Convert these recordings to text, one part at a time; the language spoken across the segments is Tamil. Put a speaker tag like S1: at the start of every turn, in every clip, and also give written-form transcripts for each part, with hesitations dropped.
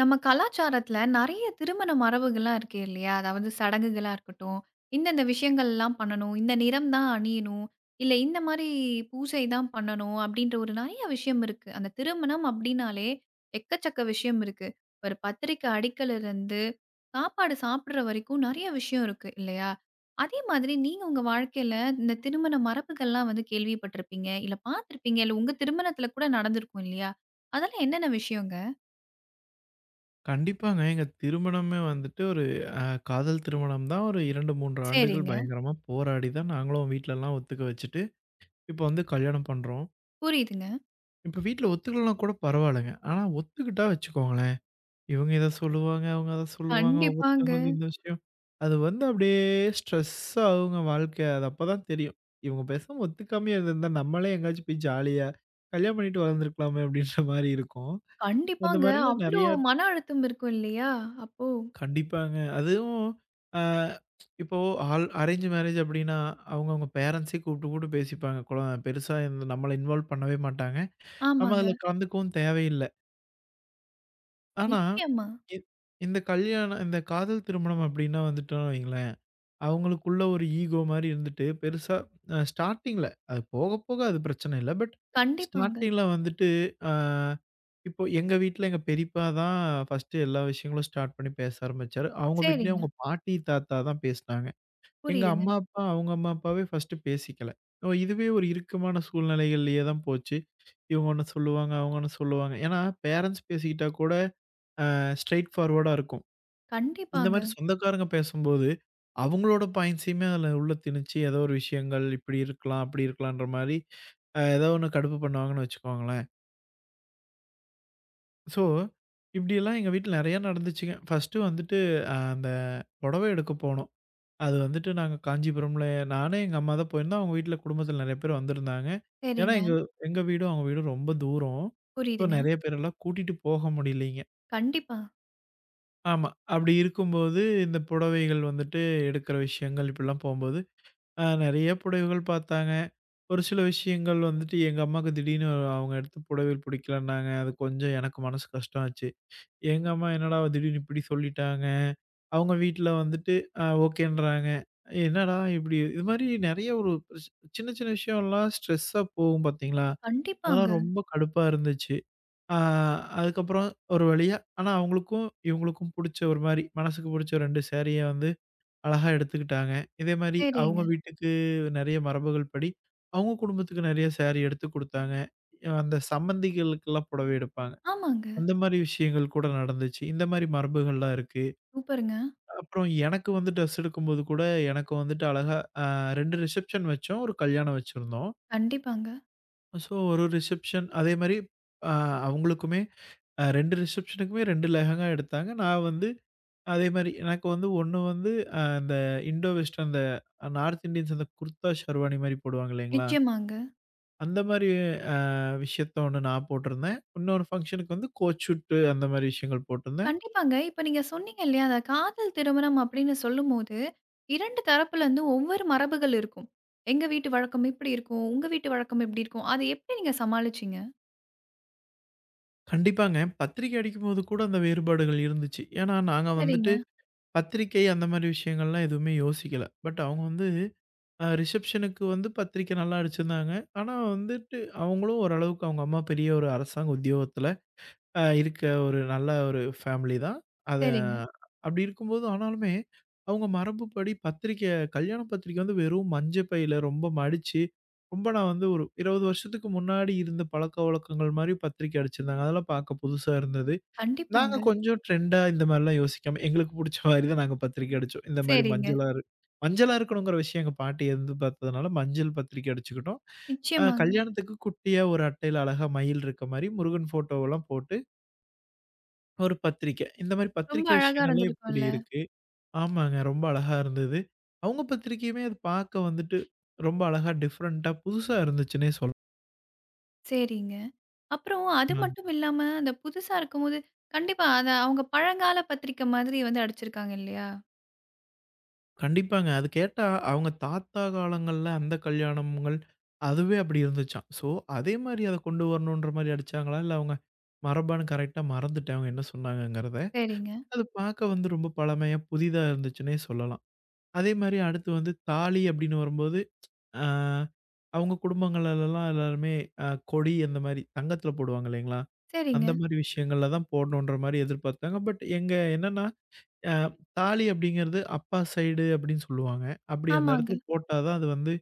S1: நம்ம கலாச்சாரத்துல நெறைய திருமண மரபுகள்லாம் இருக்கு இல்லையா? அதாவது சடங்குகளா இருக்கட்டும், இந்தந்த விஷயங்கள்லாம் பண்ணணும், இந்த நிறம் தான் அணியணும், இல்ல இந்த மாரி பூஜை தான் பண்ணணும் அப்படின்ற ஒரு நெறைய விஷயம் இருக்கு. அந்த திருமணம் அப்படின்னாலே எக்கச்சக்க விஷயம் இருக்கு. ஒரு பத்திரிக்கை அடிக்கல இருந்து, சாப்பாடு சாப்பிடுற வரைக்கும் நெறைய விஷயம் இருக்கு இல்லையா? அதே மாதிரி நீங்க உங்க வாழ்க்கையில இந்த திருமண மரபுகள்லாம் வந்து கேள்விப்பட்டிருப்பீங்க, இல்ல பார்த்திருப்பீங்க, இல்ல உங்க திருமணத்துல கூட நடந்திருக்கும் இல்லையா? அதெல்லாம் என்னென்ன விஷயங்க?
S2: கண்டிப்பாங்க. எங்க திருமணமே வந்துட்டு ஒரு அ காதல் திருமணம் தான். ஒரு 2, 3 ஆண்டுகள்
S1: சரிங்க.
S2: பயங்கரமா போராடி தான் நாங்களும் வீட்லலாம் ஒத்துக்க வச்சுட்டு, இப்போ வந்து கல்யாணம் பண்றோம்.
S1: புரியுதுங்க.
S2: இப்போ வீட்ல ஒத்துக்கலனா கூட பரவாயில்லங்க. ஆனா ஒத்துக்கிட்டா வச்சுக்கோங்களேன், இவங்க இத சொல்லுவாங்க, அவங்க அத சொல்லுவாங்க,
S1: கண்டிப்பாங்க,
S2: ஒவ்வொருத்தவங்களுக்கும் இந்த விஷயம். அது வந்து அப்படியே ஸ்ட்ரெஸ்ஸா ஆகுங்க வாழ்க்கை. அது அப்பதான் தெரியும். இவங்க பேசாம ஒத்துக்காமயே இருந்திருந்தா நம்மளே எங்கேயாச்சும் போய் ஜாலியா கல்யாணம் பண்ணிட்டு வளர்ந்துருக்கலாமே அப்படின்ற மாரி இருக்கும். அந்த
S1: கண்டிப்பாங்க.
S2: மாரிலாம்
S1: அவ்ளோ
S2: நெறைய
S1: மன அழுத்தம் இருக்கும் இல்லையா? அப்போ
S2: கண்டிப்பாங்க. அதுவும் அ இப்போ ஆல் அரேஞ்ச் மேரேஜ் அப்டின்னா, அவங்கவங்க பேரண்ட்ஸே கூப்ட்டு கூப்ட்டு பேசிப்பாங்க. பெருசா இந்த நம்மள இன்வால்வ் பண்ணவே மாட்டாங்க. நம்ம
S1: ஆமாங்க.
S2: அதுல கலந்துக்கவும் தேவையில்ல. ஆனா,
S1: நிச்சயமா.
S2: இ இந்த கல்யாணம் இந்த காதல் திருமணம் அப்டின்னா வந்துட்டோம்னு வைங்களேன் அவங்களுக்குள்ள ஒரு ஈகோ மாரி இருந்துட்டு, பெருசா ஸ்டார்ட்டிங்ல அது போக, போக அது பிரச்சனை இல்ல. பட்
S1: கண்டிப்பாங்க.
S2: ஸ்டார்ட்டிங்ல வந்துட்டு, அ இப்போ எங்க வீட்ல எங்க பெரியப்பா தான் ஃபர்ஸ்ட்டு எல்லா விஷயங்களும் ஸ்டார்ட் பண்ணி பேச ஆரம்பிச்சாரு. அவங்க வீட்லயும்
S1: சரிங்க.
S2: அவங்க பாட்டி, தாத்தா தான் பேசுனாங்க. எங்க
S1: புரியுதுங்க.
S2: அம்மா, அப்பா அவங்க அம்மா, அப்பாவே ஃபர்ஸ்ட்டு பேசிக்கல. ஓ இதுவே ஒரு இறுக்கமான சூழ்நிலைகள்லயே தான் போச்சு. இவங்க ஒண்ணு சொல்லுவாங்க, அவங்க ஒண்ணு சொல்லுவாங்க. ஏன்னா, பேரண்ட்ஸ் பேசிக்கிட்டா கூட ஸ்ட்ரெய்ட் ஃபார்வர்டா இருக்கும். இந்த
S1: கண்டிப்பாங்க.
S2: மாரி சொந்தக்காரங்க பேசும்போது, அவங்களோட பாயிண்ட்ஸயுமே அதில உள்ள திணிச்சு, ஏதோ ஒரு விஷயங்கள் இப்படி இருக்கலாம், அப்படி இருக்கலான்ற மாரி, ஏதோ ஒண்ணு கடுப்பு பண்ணுவாங்கன்னு வச்சுக்கோங்களேன். ஸோ, இப்படியெல்லாம் எங்க வீட்ல நெறையா நடந்துச்சுங்க. ஃபர்ஸ்ட்டு வந்துட்டு அந்த புடவை எடுக்க போனோம். அது வந்துட்டு நாங்க காஞ்சிபுரம்ல நானு, எங்க அம்மா தான் போயிருந்தோம். அவங்க வீட்ல குடும்பத்தில நெறைய பேர் வந்திருந்தாங்க. ஏன்னா
S1: சரிங்க.
S2: எங்க எங்க வீடும் அவங்க வீடும் ரொம்ப தூரம். ஸோ,
S1: புரியுதுங்க.
S2: நெறைய பேரெல்லாம் கூட்டிட்டு போக முடியலைங்க.
S1: கண்டிப்பா.
S2: ஆமா. அப்படி இருக்கும்போது, இந்த புடவைகள் வந்துட்டு எடுக்கிற விஷயங்கள் இப்படிலாம் போம்போது நெறைய புடவைகள் பார்த்தாங்க. ஒரு சில விஷயங்கள் வந்துட்டு எங்க அம்மாவுக்கு திடீர்னு அவங்க எடுத்த புடவை பிடிக்கலன்னாங்க. அது கொஞ்சம் எனக்கு மனசு கஷ்டம் ஆச்சு. எங்க அம்மா என்னடா திடீர்னு இப்படி சொல்லிட்டாங்க. அவங்க வீட்ல வந்துட்டு ஓகேன்றாங்க. என்னடா இப்படி இது மாரி நெறைய ஒரு ஸ் சின்ன சின்ன விஷயம்லாம் ஸ்ட்ரெஸ்ஸா போகும் பார்த்தீங்களா? அதெல்லாம்
S1: கண்டிப்பாங்க.
S2: ரொம்ப கடுப்பா இருந்துச்சு. ஆ அதுக்கப்புறம் ஒரு வழியா ஆனா அவங்களுக்கும், இவங்களுக்கும் புடிச்ச ஒரு மாரி மனசுக்கு புடிச்ச 2 சாரிய வந்து அழகா எடுத்துக்கிட்டாங்க. இதே மாரி அவங்க
S1: சரிங்க.
S2: வீட்டுக்கு நெறைய மரபுகள் படி, அவங்க குடும்பத்துக்கு நெறைய சாரி எடுத்து குடுத்தாங்க. அந்த சம்மந்திகளுக்கெல்லாம் புடவை எடுப்பாங்க.
S1: ஆமாங்க.
S2: அந்த மாரி விஷயங்கள் கூட நடந்துச்சு. இந்த மாரி மரபுகள்லாம் இருக்கு.
S1: சூப்பருங்க.
S2: அப்புறம் எனக்கு வந்து ட்ரெஸ் எடுக்கும்போது கூட, எனக்கு வந்துட்டு அழகா அ 2 ரிசப்ஷன் வச்சோம். ஒரு கல்யாணம் வச்சிருந்தோம்.
S1: கண்டிப்பாங்க.
S2: ஸோ ஒரு ரிசப்ஷன் அதே மாரி அ அவங்களுக்குமே 2 ரிசப்ஷனுக்குமே 2 லெஹங்கா எடுத்தாங்க. நான் வந்து அதே மாரி எனக்கு வந்து ஒண்ணு வந்து அந்த இண்டோ வெஸ்டர்ன் அந்த நார்த் இண்டியன்ஸ் அந்த குர்தா ஷெர்வானி மாரி போடுவாங்க இல்லைங்களா?
S1: நிச்சயமாங்க.
S2: அந்த மாரி அ விஷயத்த ஒண்ணு நான் போட்டிருந்தேன். இன்னொரு ஃபங்ஷனுக்கு வந்து கோட் சூட்டு அந்த மாரி விஷயங்கள் போட்டிருந்தேன்.
S1: கண்டிப்பாங்க. இப்ப நீங்க சொன்னீங்க இல்லையா, அந்த காதல் திருமணம் அப்படின்னு சொல்லும்போது, 2 தரப்புல இருந்தும் ஒவ்வொரு மரபுகள் இருக்கும். எங்க வீட்டு வழக்கம் இப்படி இருக்கும். உங்க வீட்டு வழக்கம் இப்படி இருக்கும். அத எப்படி நீங்க சமாளிச்சீங்க?
S2: கண்டிப்பாங்க பத்திரிக்கை அடிக்கும்போது கூட அந்த வேறுபாடுகள் இருந்துச்சு. ஏன்னா நாங்க வந்துட்டு
S1: சரிங்க,
S2: பத்திரிக்கை அந்த மாரி விஷயங்கள்லாம் எதுவுமே யோசிக்கல. பட் அவங்க வந்து ரிசப்ஷனுக்கு வந்து பத்திரிக்கை நல்லா அடிச்சிருந்தாங்க. ஆனா வந்துட்டு அவங்களும் ஓரளவுக்கு அவங்க அம்மா பெரிய ஒரு அரசாங்க உத்தியோகத்தில இருக்க ஒரு நல்ல ஒரு ஃபேமிலி தான். அத
S1: சரிங்க.
S2: அப்படி இருக்கும்போது ஆனாலுமே, அவங்க மரபுப்படி பத்திரிக்கை கல்யாண பத்திரிக்கை வந்து வெறும் மஞ்ச பையில ரொம்ப மடிச்சு, ரொம்ப நான் வந்து ஒரு 20 வருஷத்துக்கு முன்னாடி இருந்த பழக்கவழக்கங்கள் மாரி பத்திரிக்கை அடிச்சிருந்தாங்க. அதெல்லாம் பார்க்க புதுசா இருந்தது. நாங்க
S1: கண்டிப்பாங்க.
S2: கொஞ்சம் ட்ரெண்டா இந்த மாரிலாம் யோசிக்காம, எங்களுக்கு புடிச்ச மாரி தான் நாங்க பத்திரிக்கை அடிச்சோம். இந்த மாரி
S1: சரிங்க.
S2: மஞ்சளா இருக்கணுங்கிற விஷயம் எங்க பாட்டி எதிர் பார்த்ததுனால மஞ்சள் பத்திரிக்கை அடிச்சுக்கிட்டோம்.
S1: நிச்சயமாங்க.
S2: கல்யாணத்துக்கு குட்டியா ஒரு அட்டையில அழகா மயில் இருக்க மாரி முருகன் ஃபோட்டோவெல்லாம் போட்டு ஒரு பத்திரிக்க. இந்த மாரி
S1: ரொம்ப
S2: பத்திரிக்கை
S1: அழகா
S2: விஷயங்கள்ல இப்படி
S1: இருந்திருக்கும்ல.
S2: இருக்கு. ஆமாங்க. ரொம்ப அழகா இருந்தது. அவங்க பத்திரிக்கையுமே அது பார்க்க வந்துட்டு ரொம்ப அழகா டிஃபரெண்ட்டா புதுசா இருந்துச்சுன்னே
S1: சரிங்க. அப்புறம் அது
S2: சொல்லலாங்க.
S1: மட்டும் இல்லாம, அந்த புதுசா இருக்கும்போது கண்டிப்பா அத அவங்க பழங்கால பத்திரிக்கை மாதிரி வந்து அடிச்சிருக்காங்க இல்லையா?
S2: கண்டிப்பாங்க. அது கேட்டா அவங்க தாத்தா காலங்கள்ல அந்த கல்யாணங்கள் அதுவே அப்படி இருந்துச்சாம். ஸோ, அதே மாரி அத கொண்டு வரணுன்ற மாரி அடிச்சாங்களா? இல்ல அவங்க மரபான்னு கரெக்ட்டா மறந்துட்டேன் அவங்க என்ன சொன்னாங்கங்கிறத.
S1: சரிங்க,
S2: அது பார்க்க வந்து ரொம்ப பழமையா, புதிதா இருந்துச்சுன்னே சொல்லலாம். அதே மாரி அடுத்து வந்து தாலி அப்படின்னு வரும்போது ஆ, அவங்க குடும்பங்கள்லலாம் எல்லாருமே அ கொடி அந்த மாரி தங்கத்தில போடுவாங்க இல்லைங்களா? அந்த
S1: சரிங்க.
S2: மாரி விஷயங்கள்ல தான் போடணுன்ற மாரி எதிர்பார்த்தாங்க. பட் எங்க என்னன்னா, அ தாலி அப்படிங்கிறது அப்பா சைடு அப்படின்னு சொல்லுவாங்க. அப்படி அந்த
S1: ஆமாங்க.
S2: இடத்துல போட்டா தான் அது வந்து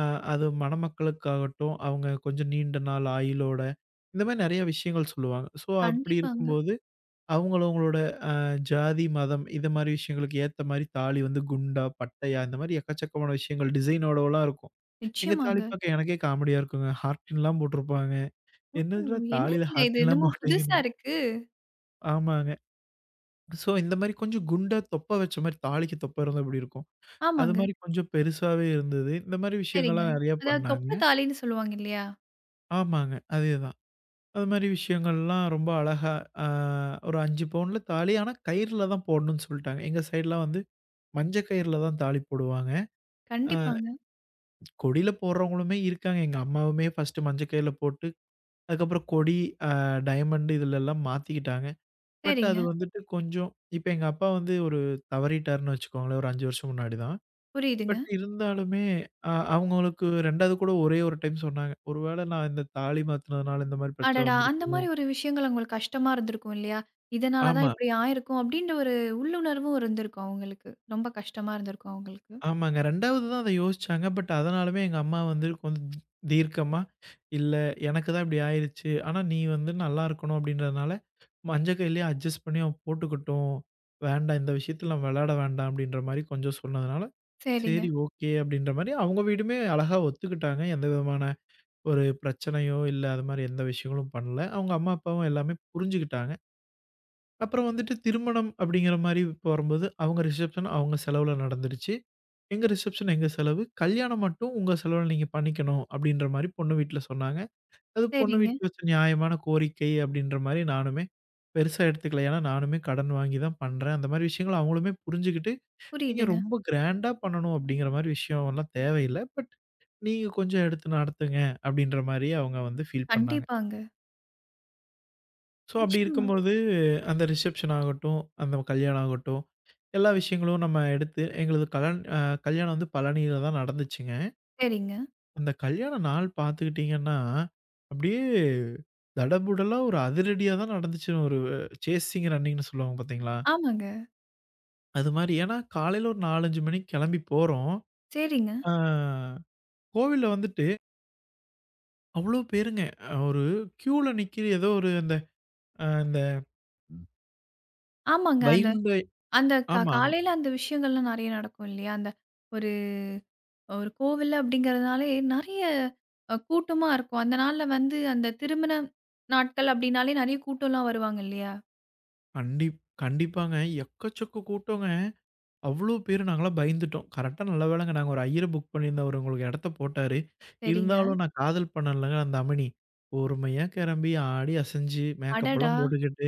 S2: அ அது மணமக்களுக்காகட்டும், அவங்க கொஞ்சம் நீண்ட நாள் ஆயுளோட இந்த மாரி நெறைய விஷயங்கள் சொல்லுவாங்க. ஸோ அப்படி
S1: கண்டிப்பாங்க.
S2: இருக்கும்போது அவங்கள அவங்களோட ஜாதி, மதம் இத மாரி விஷயங்களுக்கு ஏத்த மாரி தாலி வந்து குண்டா, பட்டையா இந்த மாரி எக்கச்சக்கமான விஷயங்கள் டிசைனோடலாம் இருக்கும். எங்க
S1: நிச்சயமாங்க.
S2: தாலிப்பாக்க எனக்கே காமெடியா இருக்குங்க. ஹார்டின்லாம் போட்டிருப்பாங்க.
S1: ஓ!
S2: என்னதுக்குடா தாலில
S1: என்னதுங்க இது?
S2: ஹார்டின்லாம்
S1: என்னமோ புதுசா
S2: போட்டீங்கன்னு.
S1: இருக்கு.
S2: ஆமாங்க. ஸோ இந்த மாரி கொஞ்சம் குண்டா தொப்பை வச்ச மாரி தாலிக்கு தொப்பை இருந்தா எப்படி இருக்கும். அது
S1: ஆமாங்க.
S2: மாரி கொஞ்சம் பெருசாவே இருந்தது. இந்த மாரி
S1: சரிங்க.
S2: விஷயங்கள்லாம் நெறைய
S1: அதாவது
S2: பண்ணாங்க.
S1: தொப்பை தாளின்னு சொல்லுவாங்க இல்லையா?
S2: ஆமாங்க. அதேதான். அது மாரி விஷயங்கள்லாம் ரொம்ப அழகா அ ஒரு 5 பவுன்ல தாலி. ஆனா கயிறுல தான் போடணும்னு சொல்ட்டாங்க. எங்க சைட்லாம் வந்து மஞ்ச கயிறுல தான் தாலி போடுவாங்க. அ
S1: கண்டிப்பாங்க.
S2: கொடியில போடுறவங்களுமே இருக்காங்க. எங்க அம்மாவுமே ஃபர்ஸ்ட்டு மஞ்ச கயிறுல போட்டு அதுக்கப்புறம் கொடி, அ டயமண்ட் இதுலலாம் மாத்திக்கிட்டாங்க. பட் அது
S1: சரிங்க.
S2: வந்துட்டு கொஞ்சம் இப்ப எங்க அப்பா வந்து ஒரு தவறிட்டாருன்னு வச்சுக்கோங்களேன், ஒரு 5 வருஷம் முன்னாடி தான்.
S1: புரியுதுங்க.
S2: பட் இருந்தாலுமே அவங்களுக்கு 2வது கூட ஒரே ஒரு டைம் சொன்னாங்க. "ஒருவேள நான் இந்த தாலி மாத்துனதுனால இந்த மாரி பிரச்சனை
S1: அடடா! அந்த
S2: வந்திருக்குமோ?"
S1: மாரி ஒரு விஷயங்கள் அவங்களுக்கு கஷ்டமா இருந்திருக்கும் இல்லையா? இதனால தான்
S2: ஆமா.
S1: இப்படி ஆயிருக்கும் அப்படின்ற ஒரு உள்ளுணர்வும் இருந்திருக்கும் அவங்களுக்கு. ரொம்ப கஷ்டமா இருந்திருக்கும் அவங்களுக்கு.
S2: ஆமாங்க. 2வது தான் அத யோசிச்சாங்க. பட் அதனாலுமே எங்க அம்மா வந்து கொஞ்சம் தீர்க்கமா, "இல்ல எனக்கு தான் இப்படி ஆயிருச்சு. ஆனா நீ வந்து நல்லா இருக்கணும்." அப்படின்றதுனால, மஞ்ச கயிறலயே அட்ஜஸ்ட் பண்ணி அவன் போட்டுக்கட்டும். வேண்டாம் இந்த விஷயத்துல நம்ம விளையாட வேண்டாம் அப்படின்ற மாரி கொஞ்சம் சொன்னதுனால,
S1: சரிங்க,
S2: சரி ஓகே அப்படின்ற மாரி அவங்க வீடுமே அழகா ஒத்துக்கிட்டாங்க. எந்த விதமான ஒரு பிரச்சனையோ, இல்ல அது மாரி எந்த விஷயங்களும் பண்ணல. அவங்க அம்மா, அப்பாவும் எல்லாமே புரிஞ்சுகிட்டாங்க. அப்புறம் வந்துட்டு திருமணம் அப்படிங்கிற மாரி போறம்போது, அவங்க ரிசப்ஷன் அவங்க செலவுல நடந்துடுச்சு. எங்க ரிசப்ஷன் எங்க செலவு. கல்யாணம் மட்டும் உங்க செலவுல நீங்க பண்ணிக்கணும் அப்படின்ற மாரி பொண்ணு வீட்ல சொன்னாங்க. அது பொண்ணு
S1: சரிங்க.
S2: வீட்ல வச்ச நியாயமான கோரிக்கை அப்படின்ற மாரி நானுமே பெருசா எடுத்துக்கல. ஏன்னா நானுமே கடன் வாங்கி தான் பண்றேன். அந்த மாரி விஷயங்கள அவங்களுமே புரிஞ்சுகிட்டு, நீங்க
S1: புரியுதுங்க.
S2: ரொம்ப கிராண்டா பண்ணணும் அப்படிங்கிற மாரி விஷயம் எல்லாம் தேவையில்ல. பட் நீங்க கொஞ்சம் எடுத்து நடத்துங்க அப்படின்ற மாரி அவங்க வந்து ஃபீல் பண்ணாங்க.
S1: கண்டிப்பாங்க.
S2: ஸோ, அப்படி
S1: நிச்சயமா.
S2: இருக்கும்பொழுது, அந்த ரிசப்ஷன் ஆகட்டும், அந்த கல்யாணம் ஆகட்டும், எல்லா விஷயங்களும் நம்ம எடுத்து எங்களது கலன் கல்யாணம் வந்து பழனியில தான் நடந்துச்சுங்க.
S1: சரிங்க.
S2: அந்த கல்யாண நாள் பார்த்துக்கிட்டீங்கன்னா, அப்படியே தடபுடலா ஒரு அதிரடியா தான் நடந்துச்சு. ஒரு சேசிங் ரன்னிங்ன்னு சொல்லுவாங்க பார்த்தீங்களா?
S1: ஆமாங்க.
S2: அது மாரி. ஏன்னா, காலையில ஒரு 4, 5 மணிக்கு கிளம்பி போறோம்.
S1: சரிங்க.
S2: ஆ கோவில்ல வந்துட்டு அவ்வளோ பேருங்க. ஒரு கியூல நிக்கிற ஏதோ ஒரு அந்த இந்த
S1: ஆமாங்க. அந்த
S2: வைகுண்ட
S1: அந்த கா
S2: ஆமாங்க.
S1: காலையில அந்த விஷயங்கள்லாம் நெறைய நடக்கும் இல்லையா? அந்த ஒரு ஒரு கோவில் அப்படிங்கிறதுனாலே நெறைய கூட்டமா இருக்கும். அந்த நாள்ல வந்து அந்த திருமண நாட்கள் அப்படின்னாலே நெறைய கூட்டம்லாம் வருவாங்க இல்லையா?
S2: கண்டிப் கண்டிப்பாங்க. எக்கச்சக்க கூட்டங்க. அவ்வளோ பேரு நாங்கலாம் பயந்துட்டோம். கரெக்ட்டா நல்ல வேளைங்க நாங்க ஒரு ஐயர புக் பண்ணியிருந்தோம். அவரு உங்களுக்கு இடத்த போட்டாரு.
S1: சரிங்க.
S2: இருந்தாலும் நான் காதல் பண்ணேன்லங்க அந்த அமனி. பொறுமையா கெளம்பி, ஆடி அசைஞ்சு,
S1: அடடா!
S2: மேக்கப்லாம் போட்டுக்கிட்டு,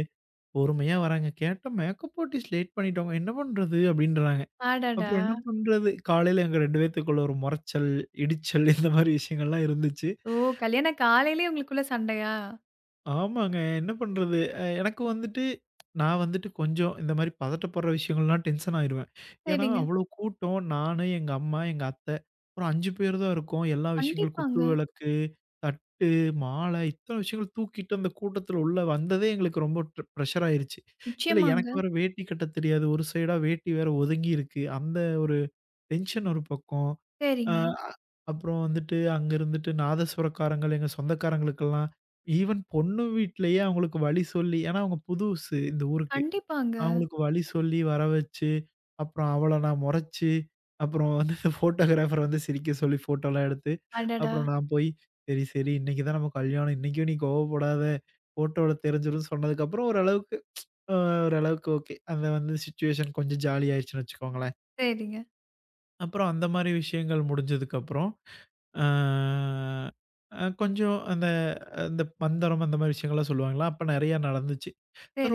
S2: பொறுமையா வராங்க. கேட்டா மேக்கப் ஆர்டிஸ்ட் லேட் பண்ணிட்டோங்க. என்ன பண்றது? அப்டின்றாங்க.
S1: அடடா!
S2: அப்புறம் என்ன பண்றது? காலையில எங்க 2 பேத்துக்குள்ள ஒரு மொறச்சல், இடிச்சல் இந்த மாரி விஷயங்கள்லாம் இருந்துச்சு.
S1: ஓ! கல்யாண காலையிலயே உங்களுக்குள்ள சண்டையா?
S2: ஆமாங்க. என்ன பண்றது? எனக்கு வந்துட்டு நான் வந்துட்டு கொஞ்சம் இந்த மாரி பதட்டப்படுற விஷயங்கள்லாம் டென்ஷன் ஆயிருவேன். ஏன்னா,
S1: சரிங்க.
S2: அவ்ளோ கூட்டம். நானு, எங்க அம்மா, எங்க அத்த, ஒரு 5 பேர் தான் இருக்கோம். எல்லா விஷயங்களும் குத்து
S1: கண்டிப்பாங்க.
S2: விளக்கு, தட்டு, மாலை இத்தன விஷயங்கள் தூக்கிட்டு அந்த கூட்டத்துல உள்ள வந்ததே எங்களுக்கு ரொம்ப ப்ரெஷர் ஆயிருச்சு. இதுல
S1: நிச்சயமாங்க.
S2: எனக்கு வேற வேட்டி கட்ட தெரியாது. ஒரு சைடா வேட்டி வேற ஒதுங்கி இருக்கு. அந்த ஒரு டென்ஷன் ஒரு பக்கம்.
S1: சரிங்க.
S2: அ அப்புறம் வந்துட்டு அங்க இருந்துட்டு நாதஸ்வரக்காரங்கள், எங்க சொந்தக்காரங்களுக்கெல்லாம் ஈவன் பொண்ணு வீட்லயே அவங்களுக்கு வழி சொல்லி ஏன்னா அவங்க புதுசு இந்த ஊருக்கு.
S1: கண்டிப்பாங்க.
S2: அவங்களுக்கு வழி சொல்லி வர வச்சு, அப்புறம் அவள நான் முறைச்சு, அப்புறம் வந்து ஃபோட்டோகிராஃபர் வந்து சிரிக்க சொல்லி ஃபோட்டோலாம் எடுத்து,
S1: அடடா!
S2: அப்புறம் நான் போய் சரி, சரி இன்னைக்கு தான் நம்ம கல்யாணம். இன்னைக்கும் நீ கோவப்படாத. ஃபோட்டோல தெரிஞ்சிரும்ன்னு சொன்னதுக்கப்புறம் ஓரளவுக்கு அ ஓரளவுக்கு ஓகே. அந்த வந்து சிச்சுவேஷன் கொஞ்சம் ஜாலி ஆயிருச்சுன்னு வச்சுக்கோங்களேன்.
S1: சரிங்க,
S2: அப்புறம் அந்த மாரி விஷயங்கள் முடிஞ்சதுக்கப்புறம், ஆ அ கொஞ்சம் அந்த அந்த பந்தரம் அந்த மாரி விஷயங்கள்லாம் சொல்லுவாங்கல்ல, அப்ப நெறையா நடந்துச்சு.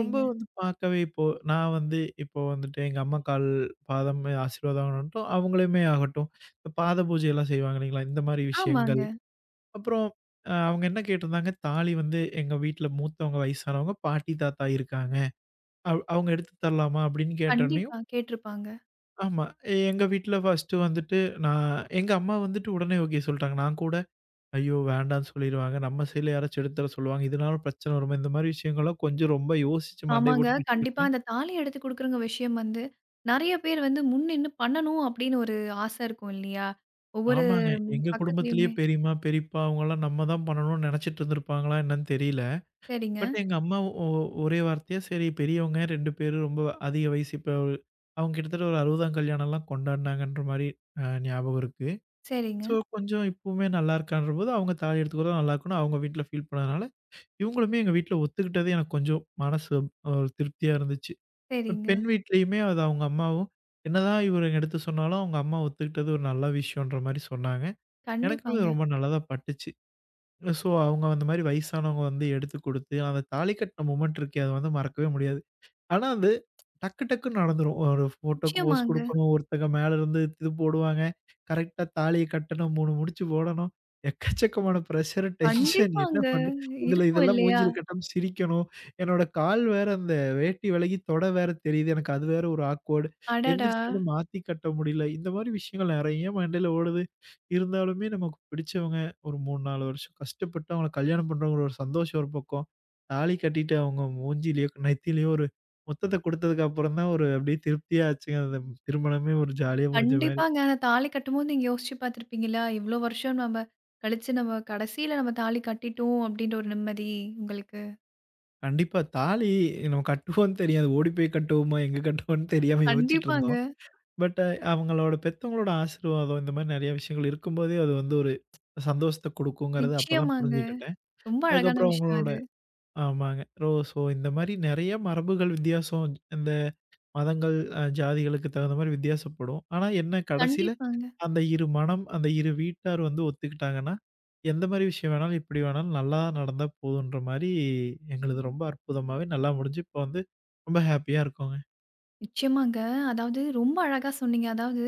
S2: ரொம்ப வந்து பார்க்கவே இப்போ நான் வந்து இப்போ வந்துட்டு எங்க அம்மா கால், பாதம் ஆசீர்வாதம் ஆகட்டும், அவங்களுமே ஆகட்டும், இந்த பாத பூஜையெல்லாம் செய்வாங்க இல்லைங்களா? இந்த மாரி
S1: ஆமாங்க.
S2: விஷயங்கள். அப்புறம் அவங்க என்ன கேட்டிருந்தாங்க, தாலி வந்து எங்க வீட்ல மூத்தவங்க வயசானவங்க, பாட்டி, தாத்தா இருக்காங்க. அவங்க எடுத்து தரலாமா? அப்படின்னு கேட்டோன்னே
S1: கண்டிப்பா கேட்டுருப்பாங்க.
S2: ஆமா. எங்க வீட்ல ஃபர்ஸ்ட்டு வந்துட்டு நான் எங்க அம்மா வந்துட்டு உடனே ஓகே சொல்ட்டாங்க. நான் கூட ஐயோ! வேண்டான்னு சொல்லிருவாங்க. நம்ம சைட்ல யாராச்சும் எடுத்து தர சொல்லுவாங்க. இதனால பிரச்சனை வருமே. இந்த மாரி விஷயங்கள்லாம் கொஞ்சம் ரொம்ப யோசிச்சு மண்டைய
S1: ஆமாங்க.
S2: போட்டு
S1: கண்டிப்பா
S2: பிச்சுக்கிட்டேன்.
S1: அந்த தாலி எடுத்து குடுக்குறங்க விஷயம் வந்து, நெறைய பேர் வந்து முன் நின்னு பண்ணணும் அப்படின்னு ஒரு ஆசை இருக்கும் இல்லையா? ஒவ்வொரு
S2: ஆமாங்க. எங்க குடும்பத்திலேயே
S1: பக்கத்துலயுமே.
S2: பெரியம்மா, பெரியப்பா அவங்கலாம் நம்ம தான் பண்ணணும்னு நெனச்சிட்டு இருந்திருப்பாங்களா என்னன்னு தெரியல.
S1: சரிங்க,
S2: பட் எங்க அம்மா ஒ ஒரே வார்த்தையா சரி பெரியவங்க 2 பேரும் ரொம்ப அதிக வயசு இப்ப அவங்க கிட்டத்தட்ட ஒரு 60ஆம் கல்யாணம்லாம் கொண்டாடுனாங்கன்ற மாரி ஞாபகம் இருக்கு.
S1: சரிங்க,
S2: ஸோ, கொஞ்சம் இப்பவுமே நல்லா இருக்கான்றபோது, அவங்க தாலி எடுத்து கொடுத்தா நல்லா இருக்குன்னு அவங்க வீட்ல ஃபீல் பண்ணதுனால, இவங்களுமே எங்க வீட்ல ஒத்துக்கிட்டது எனக்கு கொஞ்சம் மனசு ஒரு திருப்தியா இருந்துச்சு. இப்ப
S1: சரிங்க.
S2: பெண் வீட்லயுமே அது அவங்க அம்மாவும், என்னதான் இவரு எடுத்து சொன்னாலும் அவங்க அம்மா ஒத்துக்கிட்டது ஒரு நல்ல விஷயம்ன்ற மாரி சொன்னாங்க. எனக்குமே அது
S1: கண்டிப்பாங்க.
S2: ரொம்ப நல்லதா பட்டுச்சு. ஸோ, அவங்க அந்த மாரி வயசானவங்க வந்து எடுத்து குடுத்து, அந்த தாலி கட்டின மொமெண்ட் இருக்கே, அது வந்து மறக்கவே முடியாது. ஆனா அது டக்கு டக்குன்னு நடந்துரும். ஒரு ஃபோட்டோக்கு போஸ்
S1: நிச்சயமாங்க.
S2: குடுக்கணும். ஒருத்தங்க மேல இருந்து இது போடுவாங்க. கரெக்ட்டா தாலிய கட்டணும். 3 முடிச்சு போடணும். எக்கச்சக்கமான பிரஷர், டென்ஷன் என்ன
S1: கண்டிப்பாங்க.
S2: பண்ண இதுல
S1: இருக்கும்
S2: இதெல்லாம்
S1: இல்லையா?
S2: மூஞ்சில கட்டாம சிரிக்கணும். என்னோட கால் வேற அந்த வேட்டி விலகி தொட வேற தெரியுது. எனக்கு அது வேற ஒரு ஆக்வர்டு.
S1: அடடா!
S2: எந்திரிச்சோன மாத்தி கட்ட முடியல. இந்த மாரி விஷயங்கள் நெறைய மண்டையில ஓடுது. இருந்தாலுமே நமக்கு பிடிச்சவங்க ஒரு 3, 4 வருஷம் கஷ்டப்பட்டு அவங்கள கல்யாணம் பண்றோங்கிற ஒரு சந்தோஷம் ஒரு பக்கம். தாலி கட்டிட்டு அவங்க மூஞ்சிலயோ, நெத்திலயோ மொத்தத்த குடுத்ததுக்கு அப்புறம் தான் ஒரு அப்படியே திருப்தியா ஆச்சுங்க. அந்த திருமணமே ஒரு ஜாலியா முடிஞ்ச மாரி.
S1: கண்டிப்பாங்க. அந்த தாலி கட்டும்போது நீங்க யோசிச்சு பார்த்துருப்பீங்களா? இவ்ளோ வருஷம் நம்ம கழிச்சு நம்ம கடைசியில நம்ம தாலி கட்டிட்டோம் அப்டின்ற ஒரு நிம்மதி உங்களுக்கு.
S2: கண்டிப்பா தாலி நம்ம கட்டுவோம்னு தெரியாது. ஓடி போய் கட்டுவோமா, எங்க கட்டுவோம்னு தெரியாம யோசிச்சுட்டு இருந்தோம்.
S1: கண்டிப்பாங்க.
S2: பட் அவங்களோட பெத்தவங்களோட ஆசீர்வாதம் இந்த மாரி நெறைய விஷயங்கள் இருக்கும்போதே அது வந்து ஒரு சந்தோஷத்த குடுக்குங்கிறத அப்பதான்
S1: நிச்சயமாங்க.
S2: புரிஞ்சுக்கிட்டேன்.
S1: ரொம்ப அழகான
S2: அதுக்கப்புறம்
S1: விஷயம்
S2: அவங்களோட
S1: அது.
S2: ஆமாங்க. ஸோ இந்த மாரி நெறைய மரபுகள் வித்தியாசம் இந்த மதங்கள், ஜாதிகளுக்கு தகுந்த மாரி வித்தியாசப்படும். ஆனா என்ன கடைசியில
S1: கண்டிப்பாங்க.
S2: அந்த இரு மனம், அந்த இரு வீட்டார் வந்து ஒத்துக்கிட்டாங்கன்னா, எந்த மாரி விஷயம் வேணாலும், எப்படி வேணாலும் நல்லா நடந்தா போதுன்ற மாரி எங்களுது ரொம்ப அற்புதமாவே நல்லா முடிஞ்சு, இப்போ வந்து ரொம்ப ஹேப்பியா இருக்கோங்க.
S1: நிச்சயமாங்க. அதாவது ரொம்ப அழகா சொன்னீங்க. அதாவது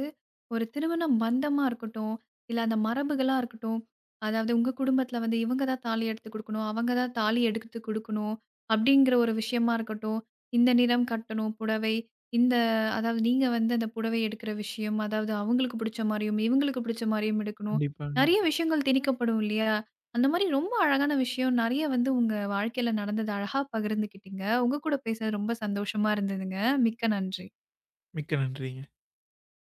S1: ஒரு திருமண பந்தமா இருக்கட்டும், இல்ல அந்த மரபுகளா இருக்கட்டும், அதாவது உங்க குடும்பத்தில வந்து இவங்க தான் தாலி எடுத்து குடுக்கணும், அவங்க தான் தாலி எடுத்து குடுக்கணும் அப்படிங்கிற ஒரு விஷயமா இருக்கட்டும், இந்த நிறம் கட்டணும் புடவை, இந்த அதாவது நீங்க வந்து அந்த புடவை எடுக்கிற விஷயம், அதாவது அவங்களுக்கு பிடிச்ச மாரியும், இவங்களுக்கு பிடிச்ச மாரியும் எடுக்கணும்.
S2: கண்டிப்பாங்க.
S1: நெறைய விஷயங்கள் திணிக்கப்படும் இல்லையா? அந்த மாரி ரொம்ப அழகான விஷயம். நெறைய வந்து உங்க வாழ்க்கையில நடந்தது அழகா பகிர்ந்துக்கிட்டீங்க. உங்க கூட பேசுனது ரொம்ப சந்தோஷமா இருந்ததுங்க. மிக்க நன்றி.
S2: மிக்க நன்றிங்க.